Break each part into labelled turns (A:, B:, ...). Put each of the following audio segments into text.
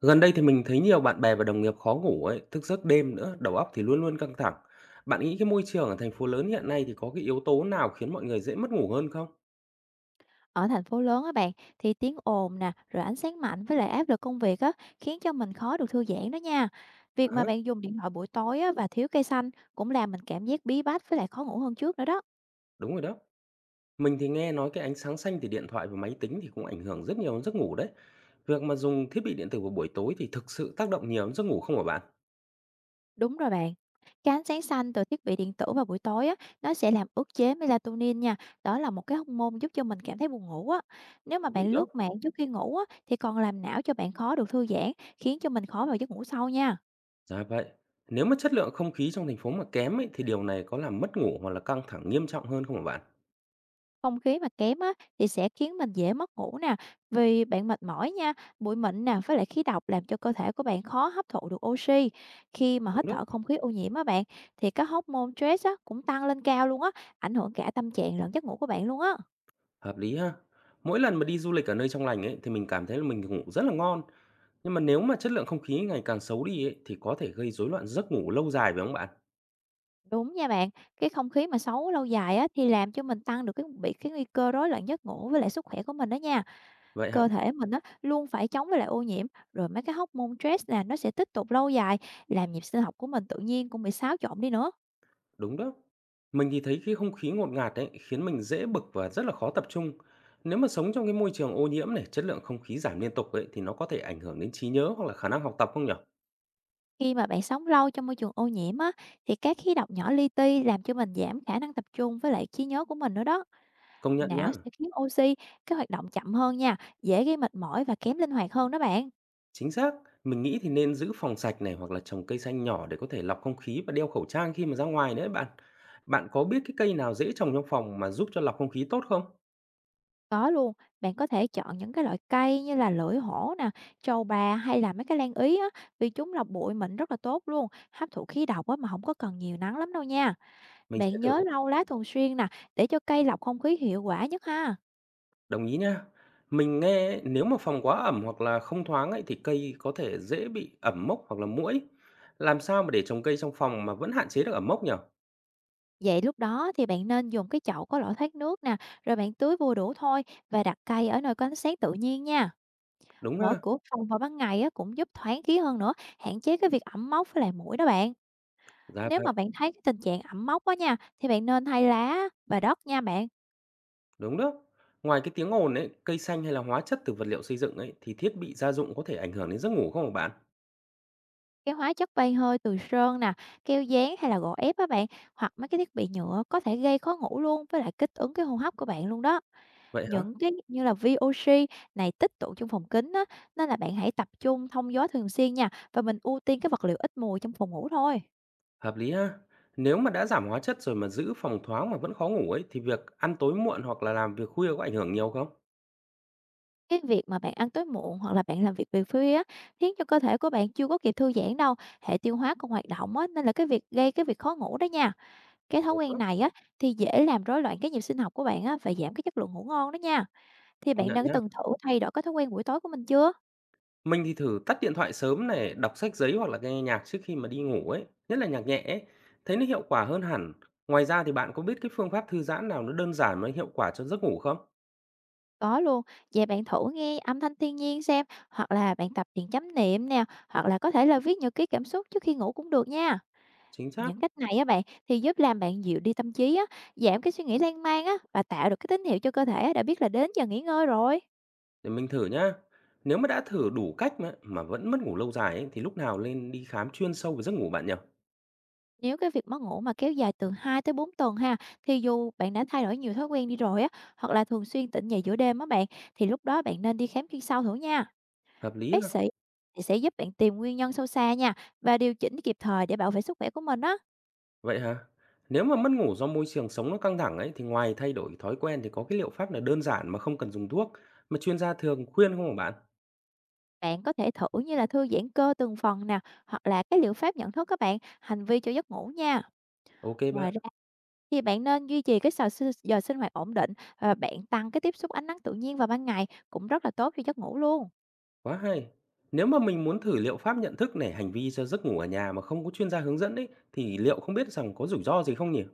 A: Gần đây thì mình thấy nhiều bạn bè và đồng nghiệp khó ngủ ấy, thức giấc đêm nữa, đầu óc thì luôn luôn căng thẳng. Bạn nghĩ cái môi trường ở thành phố lớn hiện nay thì có cái yếu tố nào khiến mọi người dễ mất ngủ hơn không?
B: Ở thành phố lớn á bạn, thì tiếng ồn nè, rồi ánh sáng mạnh với lại áp lực công việc á, khiến cho mình khó được thư giãn đó nha. Việc mà
A: À,
B: bạn dùng điện thoại buổi tối á, và thiếu cây xanh cũng làm mình cảm giác bí bách với lại khó ngủ hơn trước nữa đó.
A: đúng rồi đó. Mình thì nghe nói cái ánh sáng xanh từ điện thoại và máy tính thì cũng ảnh hưởng rất nhiều đến giấc ngủ đấy. Việc mà dùng thiết bị điện tử vào buổi tối thì thực sự tác động nhiều đến giấc ngủ không hả bạn?
B: Đúng rồi bạn. Cái ánh sáng xanh từ thiết bị điện tử vào buổi tối á, nó sẽ làm ức chế melatonin nha. Đó là một cái hormone giúp cho mình cảm thấy buồn ngủ á. Nếu mà
A: Thú vị
B: bạn
A: đó.
B: lướt mạng trước khi ngủ á, thì còn làm não cho bạn khó được thư giãn, khiến cho mình khó vào giấc ngủ sâu nha.
A: Dạ vậy. Nếu mà chất lượng không khí trong thành phố mà kém ấy, thì điều này có làm mất ngủ hoặc là căng thẳng nghiêm trọng hơn không hả bạn?
B: Không khí mà kém á, thì sẽ khiến mình dễ mất ngủ nè, vì bạn mệt mỏi nha, bụi mịn nè, với lại khí độc làm cho cơ thể của bạn khó hấp thụ được oxy. Khi mà
A: Đúng
B: hít
A: đó.
B: thở không khí ô nhiễm á bạn, thì các hormone stress á, cũng tăng lên cao luôn á, ảnh hưởng cả tâm trạng lẫn giấc ngủ của bạn luôn á.
A: Hợp lý ha. Mỗi lần mà đi du lịch ở nơi trong lành ấy thì mình cảm thấy là mình ngủ rất là ngon, nhưng mà nếu mà chất lượng không khí ngày càng xấu đi ấy thì có thể gây rối loạn giấc ngủ lâu dài phải không bạn?
B: Đúng nha bạn, cái không khí mà xấu lâu dài á, thì làm cho mình tăng được cái nguy cơ rối loạn giấc ngủ với lại sức khỏe của mình đó nha.
A: Vậy hả?
B: Cơ thể mình á, luôn phải chống với lại ô nhiễm, rồi mấy cái hormone stress nè, nó sẽ tích tụ lâu dài, làm nhịp sinh học của mình tự nhiên cũng bị xáo trộn đi nữa.
A: Đúng đó. Mình thì thấy cái không khí ngột ngạt ấy khiến mình dễ bực và rất là khó tập trung. Nếu mà sống trong cái môi trường ô nhiễm này, chất lượng không khí giảm liên tục ấy thì nó có thể ảnh hưởng đến trí nhớ hoặc là khả năng học tập không nhở?
B: Khi mà bạn sống lâu trong môi trường ô nhiễm á, thì các khí độc nhỏ li ti làm cho mình giảm khả năng tập trung với lại trí nhớ của mình nữa đó.
A: Công nhận nhá.
B: Não sẽ khiến oxy, cái hoạt động chậm hơn nha, dễ gây mệt mỏi và kém linh hoạt hơn đó bạn.
A: Chính xác, mình nghĩ thì nên giữ phòng sạch này hoặc là trồng cây xanh nhỏ để có thể lọc không khí và đeo khẩu trang khi mà ra ngoài đấy bạn. Bạn có biết cái cây nào dễ trồng trong phòng mà giúp cho lọc không khí tốt không?
B: Có luôn, bạn có thể chọn những cái loại cây như là lưỡi hổ nè, trầu bà hay là mấy cái lan ý á, vì chúng lọc bụi mịn rất là tốt luôn, hấp thụ khí độc á mà không có cần nhiều nắng lắm đâu nha.
A: Mình sẽ
B: Bạn nhớ
A: thử.
B: lau lá thường xuyên nè, để cho cây lọc không khí hiệu quả nhất ha.
A: Đồng ý nha. Mình nghe nếu mà phòng quá ẩm hoặc là không thoáng ấy thì cây có thể dễ bị ẩm mốc hoặc là muỗi. Làm sao mà để trồng cây trong phòng mà vẫn hạn chế được ẩm mốc nhỉ?
B: Vậy lúc đó thì bạn nên dùng cái chậu có lỗ thoát nước nè, rồi bạn tưới vừa đủ thôi và đặt cây ở nơi có ánh sáng tự nhiên nha.
A: Đúng
B: Mở
A: ha?
B: cửa phòng vào ban ngày á, cũng giúp thoáng khí hơn nữa, hạn chế cái việc ẩm mốc với lại muỗi đó bạn.
A: Dạ
B: Nếu
A: vậy,
B: mà bạn thấy cái tình trạng ẩm mốc quá nha, thì bạn nên thay lá và đất nha bạn.
A: đúng đó. Ngoài cái tiếng ồn ấy, cây xanh hay là hóa chất từ vật liệu xây dựng ấy thì thiết bị gia dụng có thể ảnh hưởng đến giấc ngủ không hả bạn?
B: Cái hóa chất bay hơi từ sơn nè, keo dán hay là gỗ ép á bạn, hoặc mấy cái thiết bị nhựa có thể gây khó ngủ luôn với lại kích ứng cái hô hấp của bạn luôn đó.
A: Vậy hả?
B: Những cái như là VOC này tích tụ trong phòng kín á, nên là bạn hãy tập trung thông gió thường xuyên nha, và mình ưu tiên cái vật liệu ít mùi trong phòng ngủ thôi.
A: Hợp lý ha. Nếu mà đã giảm hóa chất rồi mà giữ phòng thoáng mà vẫn khó ngủ ấy thì việc ăn tối muộn hoặc là làm việc khuya có ảnh hưởng nhiều không?
B: Cái việc mà bạn ăn tối muộn hoặc là bạn làm việc về khuya á, khiến cho cơ thể của bạn chưa có kịp thư giãn đâu, hệ tiêu hóa còn hoạt động á, nên là cái việc gây cái việc khó ngủ đó nha. Cái thói
A: Được
B: quen
A: đó,
B: này á, thì dễ làm rối loạn cái nhịp sinh học của bạn á, và giảm cái chất lượng ngủ ngon đó nha. Thì
A: công
B: bạn
A: nhận
B: đã
A: nhá.
B: từng thử thay đổi cái thói quen buổi tối của mình chưa?
A: Mình thì thử tắt điện thoại sớm này, đọc sách giấy hoặc là nghe nhạc trước khi mà đi ngủ ấy, nhất là nhạc nhẹ ấy, thấy nó hiệu quả hơn hẳn. Ngoài ra thì bạn có biết cái phương pháp thư giãn nào nó đơn giản mà hiệu quả cho giấc ngủ không?
B: Có luôn, vậy bạn thử nghe âm thanh thiên nhiên xem, hoặc là bạn tập thiền chánh niệm nè, hoặc là có thể là viết nhật ký cảm xúc trước khi ngủ cũng được nha.
A: Chính xác,
B: Những cách này á bạn thì giúp làm bạn dịu đi tâm trí á, giảm cái suy nghĩ lan man á và tạo được cái tín hiệu cho cơ thể á, đã biết là đến giờ nghỉ ngơi rồi.
A: để mình thử nhá. Nếu mà đã thử đủ cách mà vẫn mất ngủ lâu dài ấy, thì lúc nào nên đi khám chuyên sâu về giấc ngủ bạn nhỉ?
B: Nếu cái việc mất ngủ mà kéo dài từ 2 tới 4 tuần ha, thì dù bạn đã thay đổi nhiều thói quen đi rồi á, hoặc là thường xuyên tỉnh dậy giữa đêm á bạn, thì lúc đó bạn nên đi khám chuyên sâu thử nha.
A: Hợp lý.
B: Bác sĩ thì sẽ giúp bạn tìm nguyên nhân sâu xa nha và điều chỉnh kịp thời để bảo vệ sức khỏe của mình á.
A: Vậy hả? Nếu mà mất ngủ do môi trường sống nó căng thẳng ấy thì ngoài thay đổi thói quen thì có cái liệu pháp nào đơn giản mà không cần dùng thuốc mà chuyên gia thường khuyên không hả bạn?
B: Bạn có thể thử như là thư giãn cơ từng phần nè, hoặc là cái liệu pháp nhận thức các bạn, hành vi cho giấc ngủ nha.
A: Ok bạn,
B: Ngoài ra thì bạn nên duy trì cái giờ sinh hoạt ổn định và bạn tăng cái tiếp xúc ánh nắng tự nhiên vào ban ngày cũng rất là tốt cho giấc ngủ luôn.
A: quá hay. Nếu mà mình muốn thử liệu pháp nhận thức này hành vi cho giấc ngủ ở nhà mà không có chuyên gia hướng dẫn ấy thì liệu không biết rằng có rủi ro gì không nhỉ?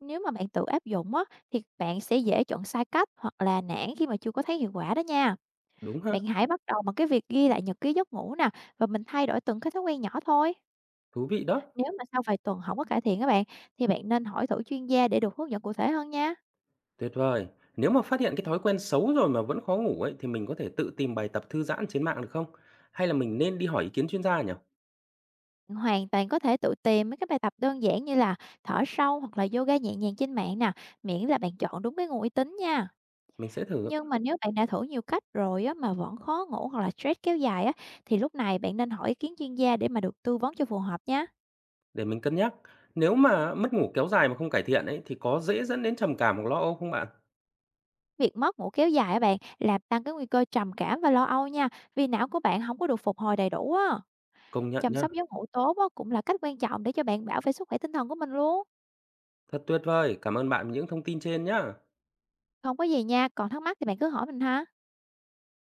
B: Nếu mà bạn tự áp dụng á, thì bạn sẽ dễ chọn sai cách hoặc là nản khi mà chưa có thấy hiệu quả đó nha.
A: Đúng ha?
B: Bạn hãy bắt đầu bằng cái việc ghi lại nhật ký giấc ngủ nè và mình thay đổi từng cái thói quen nhỏ thôi.
A: Thú vị đó.
B: Nếu mà sau vài tuần không có cải thiện các bạn thì bạn nên hỏi thử chuyên gia để được hướng dẫn cụ thể hơn nha.
A: Tuyệt vời. Nếu mà phát hiện cái thói quen xấu rồi mà vẫn khó ngủ ấy thì mình có thể tự tìm bài tập thư giãn trên mạng được không? Hay là mình nên đi hỏi ý kiến chuyên gia nhỉ?
B: Hoàn toàn có thể tự tìm mấy cái bài tập đơn giản như là thở sâu hoặc là yoga nhẹ nhàng trên mạng nè, miễn là bạn chọn đúng cái nguồn uy tín nha.
A: Mình sẽ thử.
B: Nhưng mà nếu bạn đã thử nhiều cách rồi á, mà vẫn khó ngủ hoặc là stress kéo dài á, thì lúc này bạn nên hỏi ý kiến chuyên gia để mà được tư vấn cho phù hợp nha.
A: Để mình cân nhắc, nếu mà mất ngủ kéo dài mà không cải thiện ấy, thì có dễ dẫn đến trầm cảm hoặc lo âu không bạn?
B: Việc mất ngủ kéo dài á bạn làm tăng cái nguy cơ trầm cảm và lo âu nha, vì não của bạn không có được phục hồi đầy đủ á.
A: Công nhận
B: Chăm
A: nhá,
B: sóc giấc ngủ tốt á, cũng là cách quan trọng để cho bạn bảo vệ sức khỏe tinh thần của mình luôn.
A: thật tuyệt vời, cảm ơn bạn vì những thông tin trên nhá.
B: Không có gì nha, còn thắc mắc thì bạn cứ hỏi mình ha.